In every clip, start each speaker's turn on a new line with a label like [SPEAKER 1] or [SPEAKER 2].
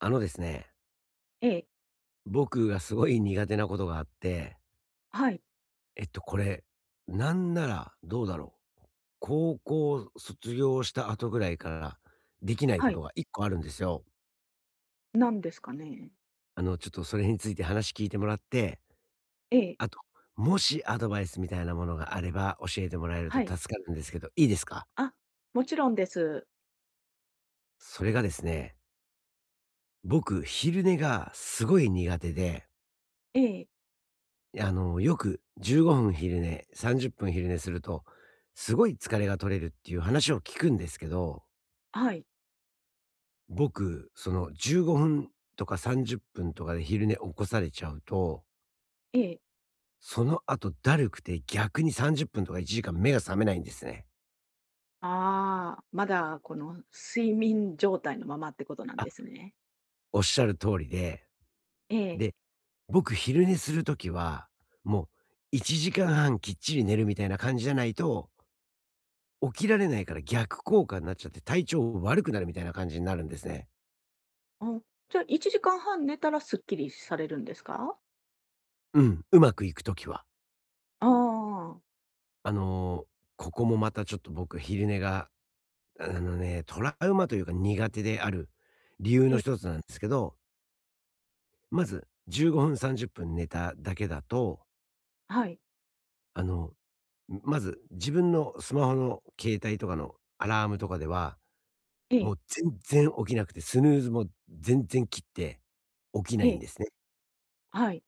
[SPEAKER 1] あのですね、
[SPEAKER 2] ええ、
[SPEAKER 1] 僕がすごい苦手なことがあって、
[SPEAKER 2] はい、
[SPEAKER 1] これ、なんならどうだろう、高校卒業した後ぐらいからできない
[SPEAKER 2] は
[SPEAKER 1] こと
[SPEAKER 2] い。
[SPEAKER 1] が1個あるんですよ。
[SPEAKER 2] なんですかね？
[SPEAKER 1] ちょっとそれについて話聞いてもらって、
[SPEAKER 2] ええ、
[SPEAKER 1] あと、もしアドバイスみたいなものがあれば教えてもらえると
[SPEAKER 2] はい。
[SPEAKER 1] 助かるんですけど、いいですか？
[SPEAKER 2] あ、もちろんです。
[SPEAKER 1] それがですね、僕、昼寝がすごい苦手で
[SPEAKER 2] ええ、
[SPEAKER 1] よく15分昼寝、30分昼寝すると、すごい疲れが取れるっていう話を聞くんですけど、
[SPEAKER 2] はい、
[SPEAKER 1] 僕、その15分とか30分とかで昼寝起こされちゃうと、
[SPEAKER 2] ええ。
[SPEAKER 1] その後だるくて逆に30分とか1時間目が覚めないんですね。
[SPEAKER 2] ああ、まだこの睡眠状態のままってことなん
[SPEAKER 1] あ、
[SPEAKER 2] ですね。
[SPEAKER 1] おっしゃる通りで、
[SPEAKER 2] ええ、
[SPEAKER 1] で、僕昼寝するときは、もう1時間半きっちり寝るみたいな感じじゃないと、起きられないから逆効果になっちゃって体調悪くなるみたいな感じになるんですね。
[SPEAKER 2] お、じゃあ1時間半寝たらすっきりされるんですか？
[SPEAKER 1] うん、うまくいくときは。
[SPEAKER 2] ああ、
[SPEAKER 1] あの、ここもまたちょっと僕、昼寝が、トラウマというか苦手である理由
[SPEAKER 2] え
[SPEAKER 1] の
[SPEAKER 2] え、
[SPEAKER 1] 一つなんですけど、まず15分、30分寝ただけだと、
[SPEAKER 2] はい、
[SPEAKER 1] あの、まず自分のスマホの携帯とかのアラームとかでは、
[SPEAKER 2] え
[SPEAKER 1] も
[SPEAKER 2] え、
[SPEAKER 1] う全然起きなくて、スヌーズも全然切って起きな
[SPEAKER 2] え
[SPEAKER 1] いん
[SPEAKER 2] え、
[SPEAKER 1] ですね。
[SPEAKER 2] はい、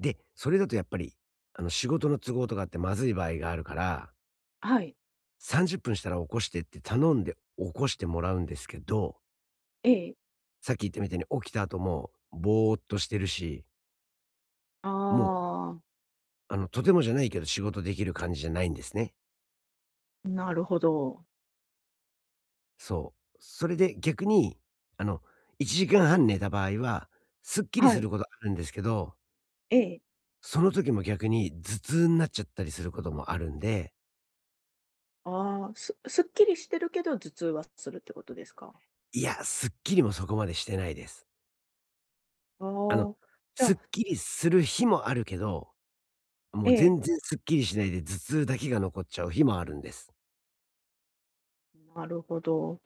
[SPEAKER 1] で、それだとやっぱり、仕事の都合とかってまずい場合があるから
[SPEAKER 2] はい、
[SPEAKER 1] 30分したら起こしてって頼んで起こしてもらうんですけど、
[SPEAKER 2] ええ。
[SPEAKER 1] さっき言ったみたいに起きた後もぼーっとしてるし、
[SPEAKER 2] あ
[SPEAKER 1] もう、とてもじゃないけど仕事できる感じじゃないんですね。
[SPEAKER 2] あ、なるほど。
[SPEAKER 1] そう。それで逆に、あの、1時間半寝た場合は、すっきり
[SPEAKER 2] は
[SPEAKER 1] す
[SPEAKER 2] い、
[SPEAKER 1] ることあるんですけど、
[SPEAKER 2] ええ。
[SPEAKER 1] その時も逆に頭痛になっちゃったりすることもあるんで、
[SPEAKER 2] ああ、すすっきりしてるけど頭痛はするってことですか？
[SPEAKER 1] いや、すっきりもそこまでしてないです。
[SPEAKER 2] あ
[SPEAKER 1] あの、
[SPEAKER 2] あ、じゃ
[SPEAKER 1] す
[SPEAKER 2] あ
[SPEAKER 1] っきりする日もあるけど、も
[SPEAKER 2] え
[SPEAKER 1] う
[SPEAKER 2] え、
[SPEAKER 1] 全然すっきりしないで、頭痛だけが残っちゃう日もあるんです。
[SPEAKER 2] なるほど。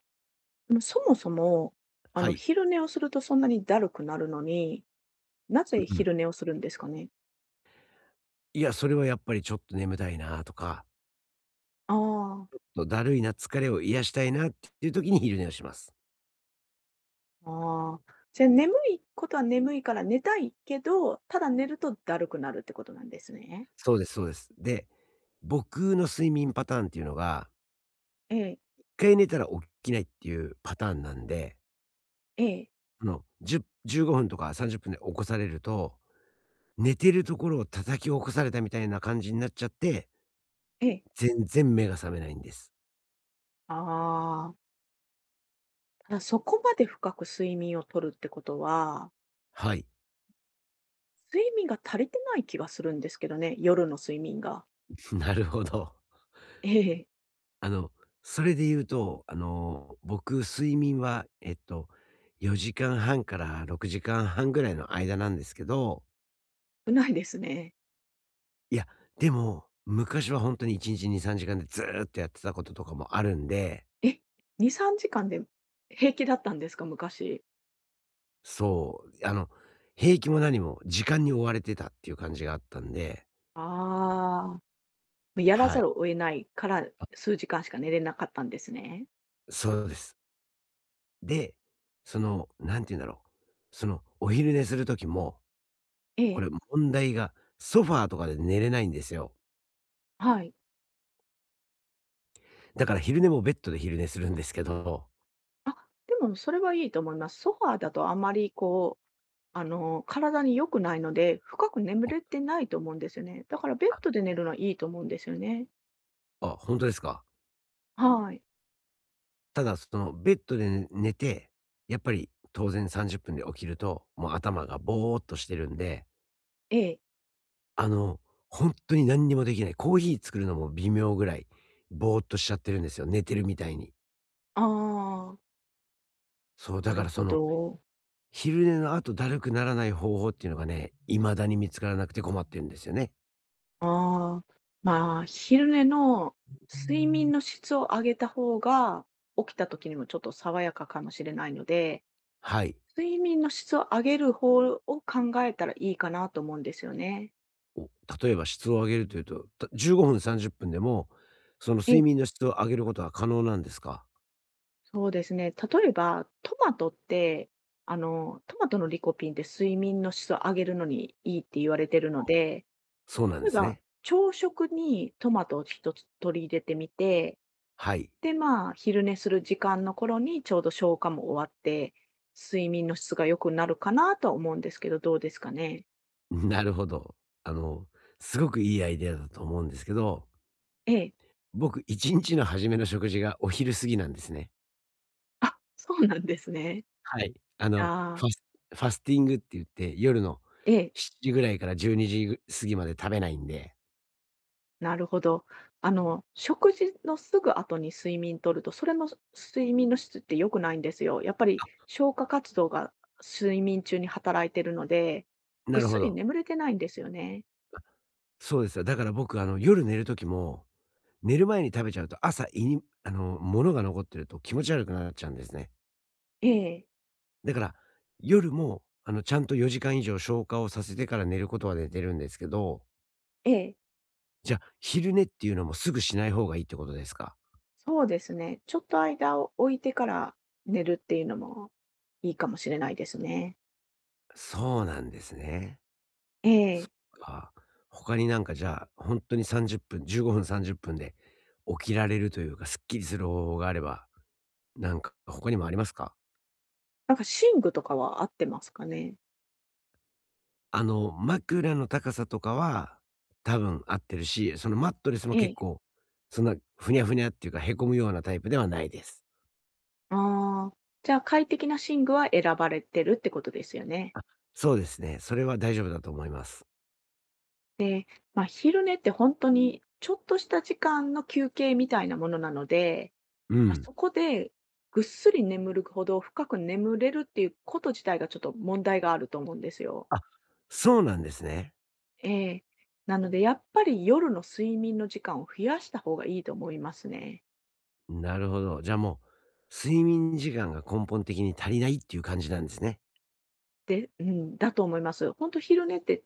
[SPEAKER 2] でも、そもそも、あ
[SPEAKER 1] は
[SPEAKER 2] の、
[SPEAKER 1] い。
[SPEAKER 2] 昼寝をするとそんなにだるくなるのに、なぜ
[SPEAKER 1] うん。
[SPEAKER 2] 昼寝をするんですかね？
[SPEAKER 1] いや、それはやっぱりちょっと眠たいなとか、
[SPEAKER 2] あ
[SPEAKER 1] とだるいな、疲れを癒したいなっていう時に昼寝をします。
[SPEAKER 2] あ、ああ。じゃあ、眠いことは眠いから寝たいけど、ただ寝るとだるくなるってことなんですね。
[SPEAKER 1] そうですそうです。で、僕の睡眠パターンっていうのが、
[SPEAKER 2] ええ、
[SPEAKER 1] 一回寝たら起きないっていうパターンなんで、
[SPEAKER 2] ええ、
[SPEAKER 1] 10、15分とか30分で起こされると、寝てるところを叩き起こされたみたいな感じになっちゃって、
[SPEAKER 2] ええ。
[SPEAKER 1] 全然目が覚めないんです。
[SPEAKER 2] ああ、ただそこまで深く睡眠をとるってことは、
[SPEAKER 1] はい。
[SPEAKER 2] 睡眠が足りてない気がするんですけどね、夜の睡眠が。
[SPEAKER 1] なるほど。
[SPEAKER 2] ええ、
[SPEAKER 1] あの、それで言うと、僕、睡眠は、4時間半から6時間半ぐらいの間なんですけど、
[SPEAKER 2] 少ないですね。
[SPEAKER 1] いや、でも、昔は本当に1日2、3時間でずーっとやってたこととかもあるんで、
[SPEAKER 2] え、2、3時間で平気だったんですか？昔。
[SPEAKER 1] そう、平気も何も時間に追われてたっていう感じがあったんで、
[SPEAKER 2] ああ、やら
[SPEAKER 1] は
[SPEAKER 2] ざ
[SPEAKER 1] い。
[SPEAKER 2] るを得ないから、
[SPEAKER 1] あ、
[SPEAKER 2] 数時間しか寝れなかったんですね。
[SPEAKER 1] そうです。で、なんて言うんだろう、お昼寝する時も、
[SPEAKER 2] え
[SPEAKER 1] こ
[SPEAKER 2] え、
[SPEAKER 1] れ問題が、ソファーとかで寝れないんですよ。
[SPEAKER 2] はい。
[SPEAKER 1] だから昼寝もベッドで昼寝するんですけど。
[SPEAKER 2] あ、でもそれはいいと思います。ソファーだとあまりこう、あの、体に良くないので、深く眠
[SPEAKER 1] あ。
[SPEAKER 2] れてないと思うんですよね。だからベッ
[SPEAKER 1] あ、
[SPEAKER 2] ドで寝るのはいいと思うんですよね。
[SPEAKER 1] あ、ほんとですか。
[SPEAKER 2] はい。
[SPEAKER 1] ただ、ベッドでね寝て、やっぱり当然30分で起きると、もう頭がぼーっとしてるんで、
[SPEAKER 2] ええ。
[SPEAKER 1] あの、ほんとに何にもできない。コーヒー作るのも微妙ぐらい、ぼーっとしちゃってるんですよ、寝てるみたいに。
[SPEAKER 2] ああ、
[SPEAKER 1] そう、
[SPEAKER 2] な
[SPEAKER 1] だ
[SPEAKER 2] る
[SPEAKER 1] から
[SPEAKER 2] ほど。
[SPEAKER 1] 昼寝の後だるくならない方法っていうのがね、未だに見つからなくて困ってるんですよね。
[SPEAKER 2] ああ、まあ、昼寝の睡眠の質を上げた方が、起きた時にもちょっと爽やかかもしれないので、
[SPEAKER 1] はい。
[SPEAKER 2] 睡眠の質を上げる方を考えたらいいかなと思うんですよね。
[SPEAKER 1] お例えば質を上げるというと、15分、30分でも、その
[SPEAKER 2] ええ。
[SPEAKER 1] 睡眠の質を上げることは可能なんですか？
[SPEAKER 2] そうですね。例えば、トマトって、あの、トマトのリコピンって睡眠の質を上げるのにいいって言われてるので、
[SPEAKER 1] そうなんで
[SPEAKER 2] 例え
[SPEAKER 1] す
[SPEAKER 2] ば
[SPEAKER 1] ね。
[SPEAKER 2] 朝食にトマトを一つ取り入れてみて
[SPEAKER 1] はい。
[SPEAKER 2] で、まあ、昼寝する時間の頃にちょうど消化も終わって、睡眠の質が良くなるかなとは思うんですけど、どうですかね？
[SPEAKER 1] なるほど。あの、すごくいいアイデアだと思うんですけど、
[SPEAKER 2] ええ。
[SPEAKER 1] 僕1日の初めの食事がお昼過ぎなんですね。
[SPEAKER 2] あ、そうなんですね。
[SPEAKER 1] はい。
[SPEAKER 2] じゃ
[SPEAKER 1] フ
[SPEAKER 2] あ
[SPEAKER 1] ァスファスティングって言って、夜の
[SPEAKER 2] ええ、
[SPEAKER 1] 7時ぐらいから12時過ぎまで食べないんで。
[SPEAKER 2] なるほど。あの、食事のすぐ後に睡眠とると、それも睡眠の質って良くないんですよ。やっぱり消化活動が睡眠中に働いてるので、ぐ
[SPEAKER 1] な
[SPEAKER 2] っ
[SPEAKER 1] る
[SPEAKER 2] す
[SPEAKER 1] ほ
[SPEAKER 2] り
[SPEAKER 1] ど。
[SPEAKER 2] 眠れてないんですよね。
[SPEAKER 1] そうですよ。だから僕夜寝る時も寝る前に食べちゃうと、朝胃に、物が残ってると気持ち悪くなっちゃうんですね。
[SPEAKER 2] ええ、
[SPEAKER 1] だから、夜も、ちゃんと4時間以上消化をさせてから寝ることは寝てるんですけど、
[SPEAKER 2] ええ。
[SPEAKER 1] じゃあ、昼寝っていうのもすぐしない方がいいってことですか？
[SPEAKER 2] そうですね。ちょっと間を置いてから寝るっていうのもいいかもしれないですね。
[SPEAKER 1] そうなんですね。
[SPEAKER 2] ええ。
[SPEAKER 1] あ、他になんかじゃあ、ほんとに30分、15分、30分で起きられるというか、すっきりする方法があれば、なんか他にもありますか？
[SPEAKER 2] なんか寝具とかは合ってますかね？
[SPEAKER 1] 枕の高さとかは、多分合ってるし、そのマットレスも
[SPEAKER 2] え
[SPEAKER 1] 結
[SPEAKER 2] え。
[SPEAKER 1] 構、そんなふにゃふにゃっていうか、へこむようなタイプではないです。
[SPEAKER 2] ああ、じゃあ快適な寝具は選ばれてるってことですよね。
[SPEAKER 1] あ、そうですね。それは大丈夫だと思います。
[SPEAKER 2] で、まあ、昼寝って本当にちょっとした時間の休憩みたいなものなので、
[SPEAKER 1] う
[SPEAKER 2] まあ、
[SPEAKER 1] ん。
[SPEAKER 2] そこでぐっすり眠るほど深く眠れるっていうこと自体がちょっと問題があると思うんですよ。
[SPEAKER 1] あ、そうなんですね。
[SPEAKER 2] ええ。なので、やっぱり夜の睡眠の時間を増やした方がいいと思いますね。
[SPEAKER 1] なるほど。じゃあもう、睡眠時間が根本的に足りないっていう感じなんですね。
[SPEAKER 2] でうん、だと思います。本当昼寝って、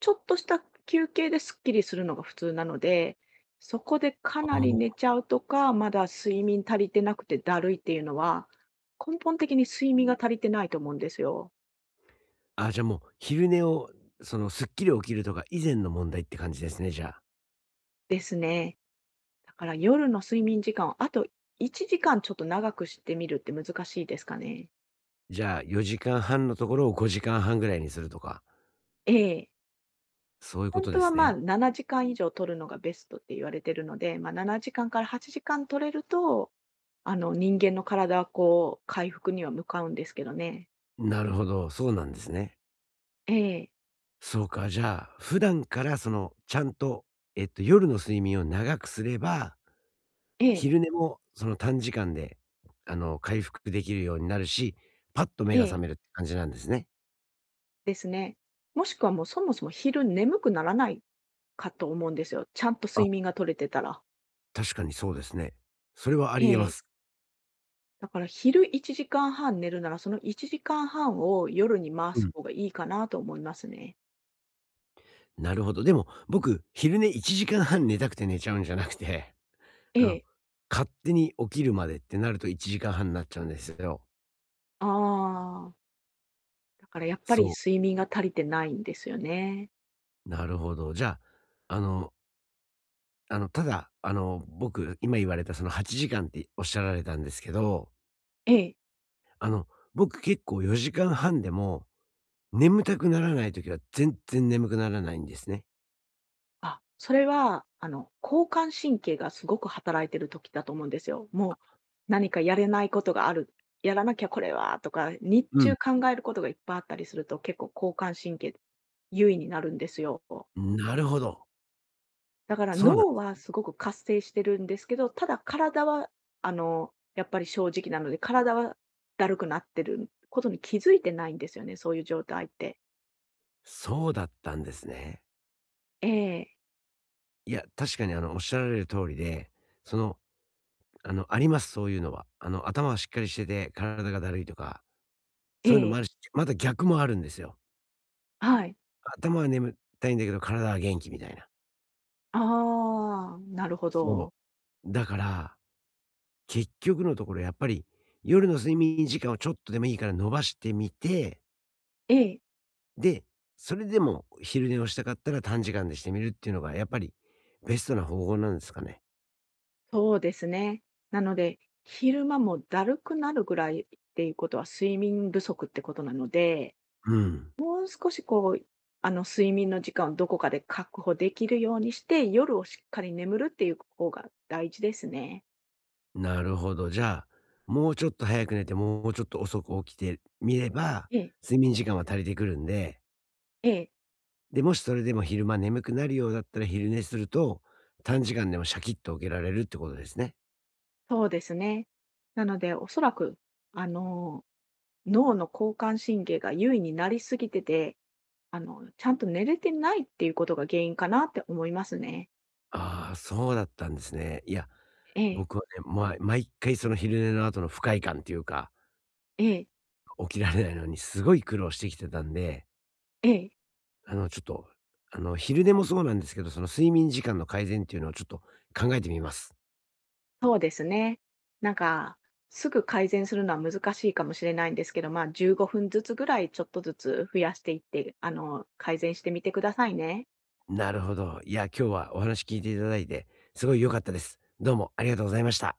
[SPEAKER 2] ちょっとした休憩ですっきりするのが普通なので、そこでかな
[SPEAKER 1] あ
[SPEAKER 2] り寝
[SPEAKER 1] あ。
[SPEAKER 2] ちゃうとか、まだ睡眠足りてなくてだるいっていうのは、根本的に睡眠が足りてないと思うんですよ。
[SPEAKER 1] あ、じゃあもう昼寝を、そのすっきり起きるとか以前の問題って感じですね、じゃあ。
[SPEAKER 2] ですね。だから夜の睡眠時間をあと1時間ちょっと長くしてみるって難しいですかね？
[SPEAKER 1] じゃあ4時間半のところを5時間半ぐらいにするとか、
[SPEAKER 2] ええ。
[SPEAKER 1] そういうこ
[SPEAKER 2] 本
[SPEAKER 1] と
[SPEAKER 2] 当
[SPEAKER 1] で
[SPEAKER 2] は、
[SPEAKER 1] す
[SPEAKER 2] ま、
[SPEAKER 1] ね。
[SPEAKER 2] 7時間以上取るのがベストって言われてるので、まあ、7時間かんから8時間取れると、あの、人間の体はこう、回復には向かうんですけどね。
[SPEAKER 1] なるほど、そうなんですね。
[SPEAKER 2] ええ、
[SPEAKER 1] そうか、じゃあ、普段からちゃんと、夜の睡眠を長くすれば、
[SPEAKER 2] ええ、
[SPEAKER 1] 昼寝もその短時間で、回復できるようになるし、パッと目
[SPEAKER 2] え
[SPEAKER 1] が覚
[SPEAKER 2] え、
[SPEAKER 1] めるって感じなんですね。
[SPEAKER 2] ですね。もしくはもうそもそも昼眠くならないかと思うんですよ。ちゃんと
[SPEAKER 1] あ、
[SPEAKER 2] 睡眠が取れてたら。
[SPEAKER 1] 確かにそうですね。それはあ
[SPEAKER 2] え
[SPEAKER 1] り得ま
[SPEAKER 2] え。
[SPEAKER 1] す。
[SPEAKER 2] だから昼1時間半寝るなら、その1時間半を夜に回
[SPEAKER 1] う
[SPEAKER 2] す
[SPEAKER 1] ん。
[SPEAKER 2] 方がいいかなと思いますね。
[SPEAKER 1] なるほど。でも、僕、昼寝1時間半寝たくて寝ちゃうんじゃなくて、
[SPEAKER 2] え
[SPEAKER 1] あの、
[SPEAKER 2] え。
[SPEAKER 1] 勝手に起きるまでってなると1時間半になっちゃうんですよ。
[SPEAKER 2] ああ、だからやっぱり
[SPEAKER 1] そ
[SPEAKER 2] 睡眠が足りてないんですよね。
[SPEAKER 1] う、なるほど。じゃあ、ただ、僕、今言われたその8時間っておっしゃられたんですけど、
[SPEAKER 2] ええ。
[SPEAKER 1] あの、僕結構4時間半でも、眠たくならない時は全然眠くならないんですね。
[SPEAKER 2] あ、それは、あの、交感神経がすごく働いてる時だと思うんですよ。もう、何かやれないことがある、やらなきゃこれはとか、日
[SPEAKER 1] うん。
[SPEAKER 2] 中考えることがいっぱいあったりすると、結構交感神経優位になるんですよ。
[SPEAKER 1] なるほど。
[SPEAKER 2] だから
[SPEAKER 1] そうなん
[SPEAKER 2] 脳はすごく活性してるんですけど、ただ体は、あの、やっぱり正直なので、体はだるくなってることに気づいてないんですよね、そういう状態って。
[SPEAKER 1] そうだったんですね。
[SPEAKER 2] ええ、
[SPEAKER 1] いや、確かにおっしゃられる通りで、その、あります、そういうのは。頭はしっかりしてて、体がだるいとか、
[SPEAKER 2] え
[SPEAKER 1] そういうのも
[SPEAKER 2] え、
[SPEAKER 1] あるし、また逆もあるんですよ。
[SPEAKER 2] はい。
[SPEAKER 1] 頭は眠たいんだけど、体は元気みたいな。
[SPEAKER 2] ああ、なるほ
[SPEAKER 1] そう。
[SPEAKER 2] ど。
[SPEAKER 1] だから、結局のところやっぱり、夜の睡眠時間をちょっとでもいいから伸ばしてみて、
[SPEAKER 2] ええ。
[SPEAKER 1] で、それでも昼寝をしたかったら短時間でしてみるっていうのがやっぱりベストな方法なんですかね？
[SPEAKER 2] そうですね。なので、昼間もだるくなるぐらいっていうことは睡眠不足ってことなので、
[SPEAKER 1] うん。
[SPEAKER 2] もう少しこう、あの睡眠の時間をどこかで確保できるようにして、夜をしっかり眠るっていう方が大事ですね。
[SPEAKER 1] なるほど。じゃあ、もうちょっと早く寝て、もうちょっと遅く起きてみれば、
[SPEAKER 2] ええ、
[SPEAKER 1] 睡眠時間は足りてくるんで、
[SPEAKER 2] ええ、
[SPEAKER 1] で、もしそれでも昼間眠くなるようだったら昼寝すると、短時間でもシャキッと起きられるってことですね。
[SPEAKER 2] そうですね。なので、おそらく、あの、脳の交感神経が優位になりすぎてて、あの、ちゃんと寝れてないっていうことが原因かなって思いますね。
[SPEAKER 1] ああ、そうだったんですね。いや、
[SPEAKER 2] ええ、
[SPEAKER 1] 僕はね、毎回その昼寝の後の不快感っていうか、
[SPEAKER 2] ええ、
[SPEAKER 1] 起きられないのにすごい苦労してきてたんで、
[SPEAKER 2] ええ。
[SPEAKER 1] あの、ちょっと、あの、昼寝もそうなんですけど、その睡眠時間の改善っていうのをちょっと考えてみます。
[SPEAKER 2] そうですね。なんか、すぐ改善するのは難しいかもしれないんですけど、まあ、15分ずつぐらいちょっとずつ増やしていって、あの、改善してみてくださいね。
[SPEAKER 1] なるほど。いや、今日はお話聞いていただいて、すごい良かったです。どうもありがとうございました。